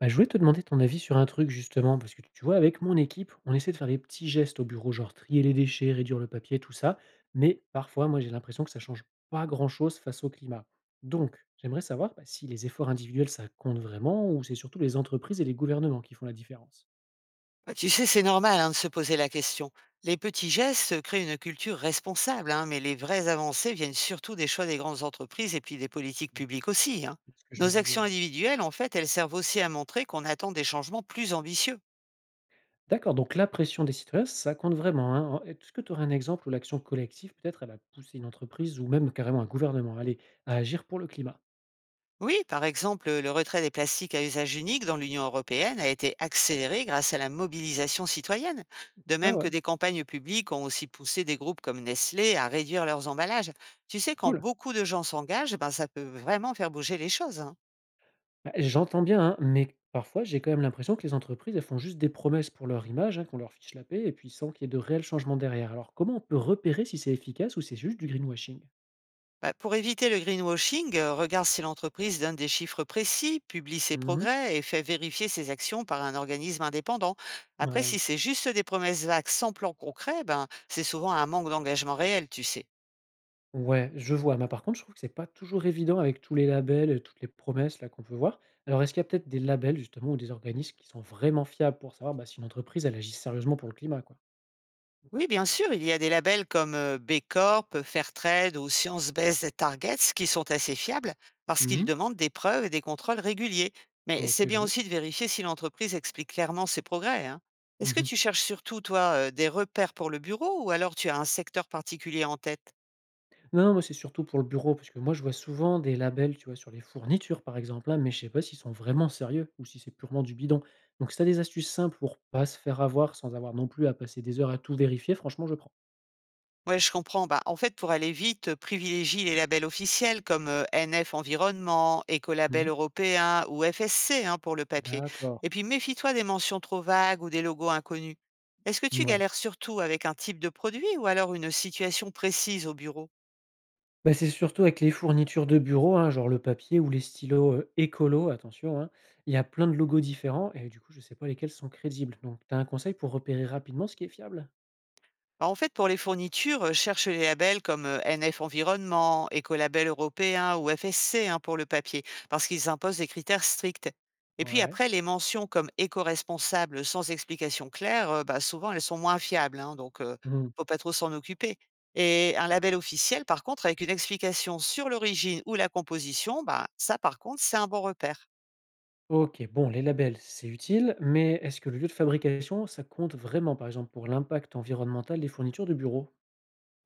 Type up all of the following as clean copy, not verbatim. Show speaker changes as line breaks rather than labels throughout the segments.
Bah, je voulais te demander ton avis sur un truc justement, parce que tu vois, avec mon équipe, on essaie de faire des petits gestes au bureau, genre trier les déchets, réduire le papier, tout ça. Mais parfois, moi, j'ai l'impression que ça change pas grand-chose face au climat. Donc, j'aimerais savoir si les efforts individuels, ça compte vraiment, ou c'est surtout les entreprises et les gouvernements qui font la différence.
Bah, tu sais, c'est normal, hein, de se poser la question. Les petits gestes créent une culture responsable, hein, mais les vraies avancées viennent surtout des choix des grandes entreprises et puis des politiques publiques aussi. Hein.
C'est ce que je me
Nos
disais,
actions
ouais.
individuelles, en fait, elles servent aussi à montrer qu'on attend des changements plus ambitieux.
D'accord, donc la pression des citoyens, ça compte vraiment, hein. Est-ce que tu aurais un exemple où l'action collective, peut-être, elle a poussé une entreprise ou même carrément un gouvernement à aller à agir pour le climat?
Oui, par exemple, le retrait des plastiques à usage unique dans l'Union européenne a été accéléré grâce à la mobilisation citoyenne, de
Ah
même que
ouais,
des campagnes publiques ont aussi poussé des groupes comme Nestlé à réduire leurs emballages. Tu sais, quand
cool.
beaucoup de gens s'engagent, ben, ça peut vraiment faire bouger les choses. Hein.
Bah, j'entends bien, hein, mais parfois, j'ai quand même l'impression que les entreprises, elles font juste des promesses pour leur image, hein, qu'on leur fiche la paix, et puis sans qu'il y ait de réel changement derrière. Alors, comment on peut repérer si c'est efficace ou c'est juste du greenwashing?
Bah, pour éviter le greenwashing, regarde si l'entreprise donne des chiffres précis, publie ses
Mmh.
progrès et fait vérifier ses actions par un organisme indépendant. Après,
Ouais.
si c'est juste des promesses vagues sans plan concret, ben, c'est souvent un manque d'engagement réel, tu sais.
Ouais, je vois, mais par contre, je trouve que c'est pas toujours évident avec tous les labels et toutes les promesses là qu'on peut voir. Alors, est-ce qu'il y a peut-être des labels justement ou des organismes qui sont vraiment fiables pour savoir si une entreprise elle agit sérieusement pour le climat, quoi?
Oui, bien sûr, il y a des labels comme B Corp, Fairtrade ou Science-Based Targets qui sont assez fiables parce qu'ils
Mmh.
demandent des preuves et des contrôles réguliers. Mais c'est
OK, je
bien aussi
note.
de vérifier si l'entreprise explique clairement ses progrès. Hein. Est-ce que
Mmh.
tu cherches surtout, toi, des repères pour le bureau ou alors tu as un secteur particulier en tête?
Non, non, moi, c'est surtout pour le bureau, parce que moi, je vois souvent des labels, tu vois, sur les fournitures, par exemple, hein, mais je sais pas s'ils sont vraiment sérieux ou si c'est purement du bidon. Donc, si tu des astuces simples pour pas se faire avoir sans avoir non plus à passer des heures à tout vérifier, franchement, je prends.
Ouais, je comprends. Bah, en fait, pour aller vite, privilégie les labels officiels comme NF Environnement, Écolabel
Mmh.
européen ou FSC, hein, pour le papier.
D'accord.
Et puis, méfie-toi des mentions trop vagues ou des logos inconnus. Est-ce que tu
Ouais.
galères surtout avec un type de produit ou alors une situation précise au bureau?
Bah, c'est surtout avec les fournitures de bureau, hein, genre le papier ou les stylos, écolos, attention, hein. Il y a plein de logos différents et du coup, je sais pas lesquels sont crédibles. Donc, t'as un conseil pour repérer rapidement ce qui est fiable?
Bah, en fait, pour les fournitures, cherche les labels comme, NF Environnement, Écolabel Européen ou FSC, hein, pour le papier, parce qu'ils imposent des critères stricts. Et puis
Ouais.
après, les mentions comme éco-responsable sans explication claire, bah, souvent elles sont moins fiables, hein,
Mmh.
faut pas trop s'en occuper. Et un label officiel, par contre, avec une explication sur l'origine ou la composition, bah, ça par contre, c'est un bon repère.
OK, bon, les labels, c'est utile, mais est-ce que le lieu de fabrication, ça compte vraiment, par exemple, pour l'impact environnemental des fournitures de bureau?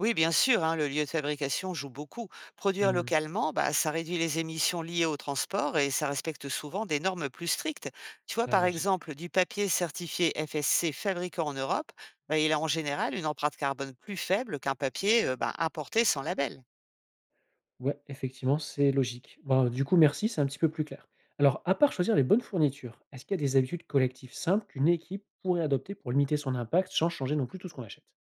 Oui, bien sûr, hein, le lieu de fabrication joue beaucoup. Produire
Mmh,
localement, bah, ça réduit les émissions liées au transport et ça respecte souvent des normes plus strictes. Tu vois,
ah
par
logique.
exemple, du papier certifié FSC fabriqué en Europe, bah, il a en général une empreinte carbone plus faible qu'un papier bah, importé sans label.
Ouais, effectivement, c'est logique. Bon, du coup, merci, c'est un petit peu plus clair. Alors, à part choisir les bonnes fournitures, est-ce qu'il y a des habitudes collectives simples qu'une équipe pourrait adopter pour limiter son impact sans changer non plus tout ce qu'on achète?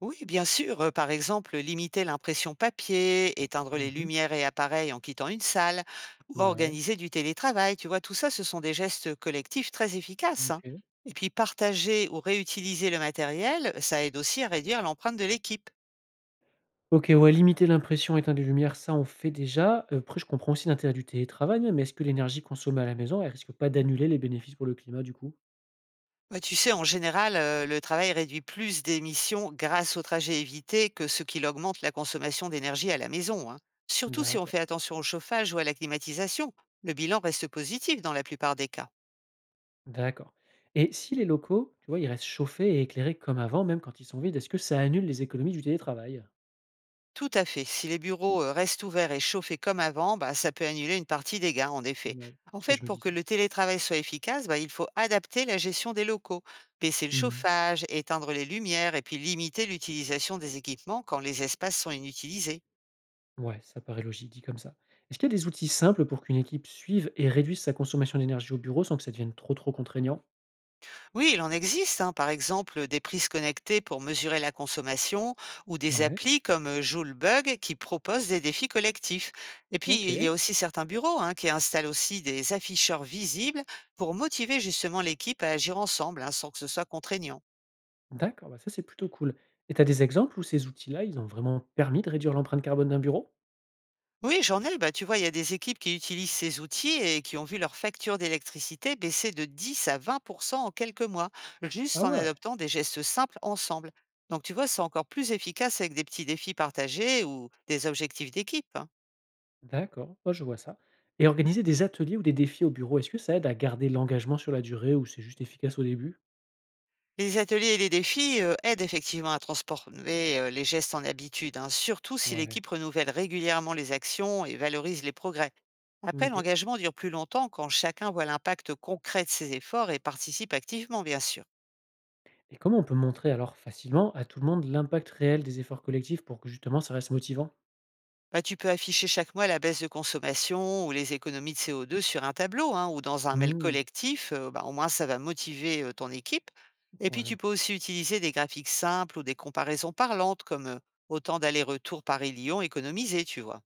Oui, bien sûr. Par exemple, limiter l'impression papier, éteindre les
Mmh.
lumières et appareils en quittant une salle, ou
Ouais,
organiser du télétravail. Tu vois, tout ça, ce sont des gestes collectifs très efficaces. Hein.
OK.
Et puis, partager ou réutiliser le matériel, ça aide aussi à réduire l'empreinte de l'équipe.
OK, ouais, limiter l'impression, éteindre les lumières, ça, on fait déjà. Après, je comprends aussi l'intérêt du télétravail, mais est-ce que l'énergie consommée à la maison, elle risque pas d'annuler les bénéfices pour le climat, du coup?
Bah, tu sais, en général, le travail réduit plus d'émissions grâce au trajet évité que ce qu'il augmente la consommation d'énergie à la maison. Hein. Surtout si on
D'accord,
fait attention au chauffage ou à la climatisation, le bilan reste positif dans la plupart des cas.
d'accord. Et si les locaux, tu vois, ils restent chauffés et éclairés comme avant, même quand ils sont vides, est-ce que ça annule les économies du télétravail?
Tout à fait. Si les bureaux restent ouverts et chauffés comme avant, bah, ça peut annuler une partie des gains, en effet.
Ouais, c'est
En
ce que
fait,
je me
pour que
disais.
le télétravail soit efficace, bah, il faut adapter la gestion des locaux, baisser le
Mmh.
chauffage, éteindre les lumières et puis limiter l'utilisation des équipements quand les espaces sont inutilisés.
Ouais, ça paraît logique dit comme ça. Est-ce qu'il y a des outils simples pour qu'une équipe suive et réduise sa consommation d'énergie au bureau sans que ça devienne trop contraignant?
Oui, il en existe, hein, par exemple des prises connectées pour mesurer la consommation ou des
Ouais,
applis comme Joulebug qui proposent des défis collectifs. Et puis,
OK.
il y a aussi certains bureaux, hein, qui installent aussi des afficheurs visibles pour motiver justement l'équipe à agir ensemble, hein, sans que ce soit contraignant.
D'accord, bah ça, c'est plutôt cool. Et t'as des exemples où ces outils-là, ils ont vraiment permis de réduire l'empreinte carbone d'un bureau?
Oui, j'en ai. Bah, tu vois, il y a des équipes qui utilisent ces outils et qui ont vu leur facture d'électricité baisser de 10 à 20 en quelques mois, juste
Ah
en
ouais.
adoptant des gestes simples ensemble. Donc, tu vois, c'est encore plus efficace avec des petits défis partagés ou des objectifs d'équipe. Hein.
D'accord, ouais, je vois ça. Et organiser des ateliers ou des défis au bureau, est-ce que ça aide à garder l'engagement sur la durée ou c'est juste efficace au début?
Les ateliers et les défis aident effectivement à transformer les gestes en habitudes, hein, surtout si
Ouais.
l'équipe renouvelle régulièrement les actions et valorise les progrès. Après,
OK.
l'engagement dure plus longtemps quand chacun voit l'impact concret de ses efforts et participe activement, bien sûr.
Et comment on peut montrer alors facilement à tout le monde l'impact réel des efforts collectifs pour que justement ça reste motivant?
Bah, tu peux afficher chaque mois la baisse de consommation ou les économies de CO2 sur un tableau, hein, ou dans un mail
Mmh,
collectif. Bah, au moins, ça va motiver ton équipe. Et puis, tu
ouais.
peux aussi utiliser des graphiques simples ou des comparaisons parlantes comme, autant d'allers-retours Paris-Lyon économisés, tu vois.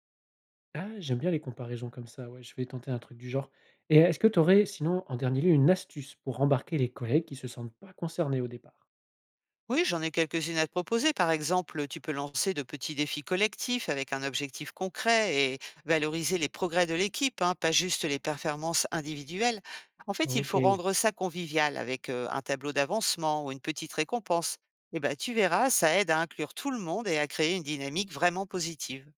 Ah, j'aime bien les comparaisons comme ça, ouais, je vais tenter un truc du genre. Et est-ce que tu aurais sinon en dernier lieu une astuce pour embarquer les collègues qui se sentent pas concernés au départ?
Oui, j'en ai quelques-unes à te proposer. Par exemple, tu peux lancer de petits défis collectifs avec un objectif concret et valoriser les progrès de l'équipe, hein, pas juste les performances individuelles. En fait, il faut
OK.
rendre ça convivial avec un tableau d'avancement ou une petite récompense. Et ben, tu verras, ça aide à inclure tout le monde et à créer une dynamique vraiment positive.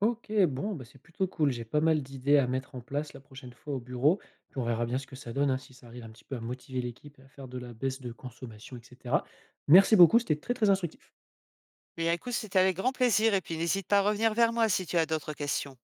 OK, bon, bah, c'est plutôt cool. J'ai pas mal d'idées à mettre en place la prochaine fois au bureau. Puis on verra bien ce que ça donne, hein, si ça arrive un petit peu à motiver l'équipe et à faire de la baisse de consommation, et cetera. Merci beaucoup, c'était très instructif.
Mais écoute, c'était avec grand plaisir et puis n'hésite pas à revenir vers moi si tu as d'autres questions.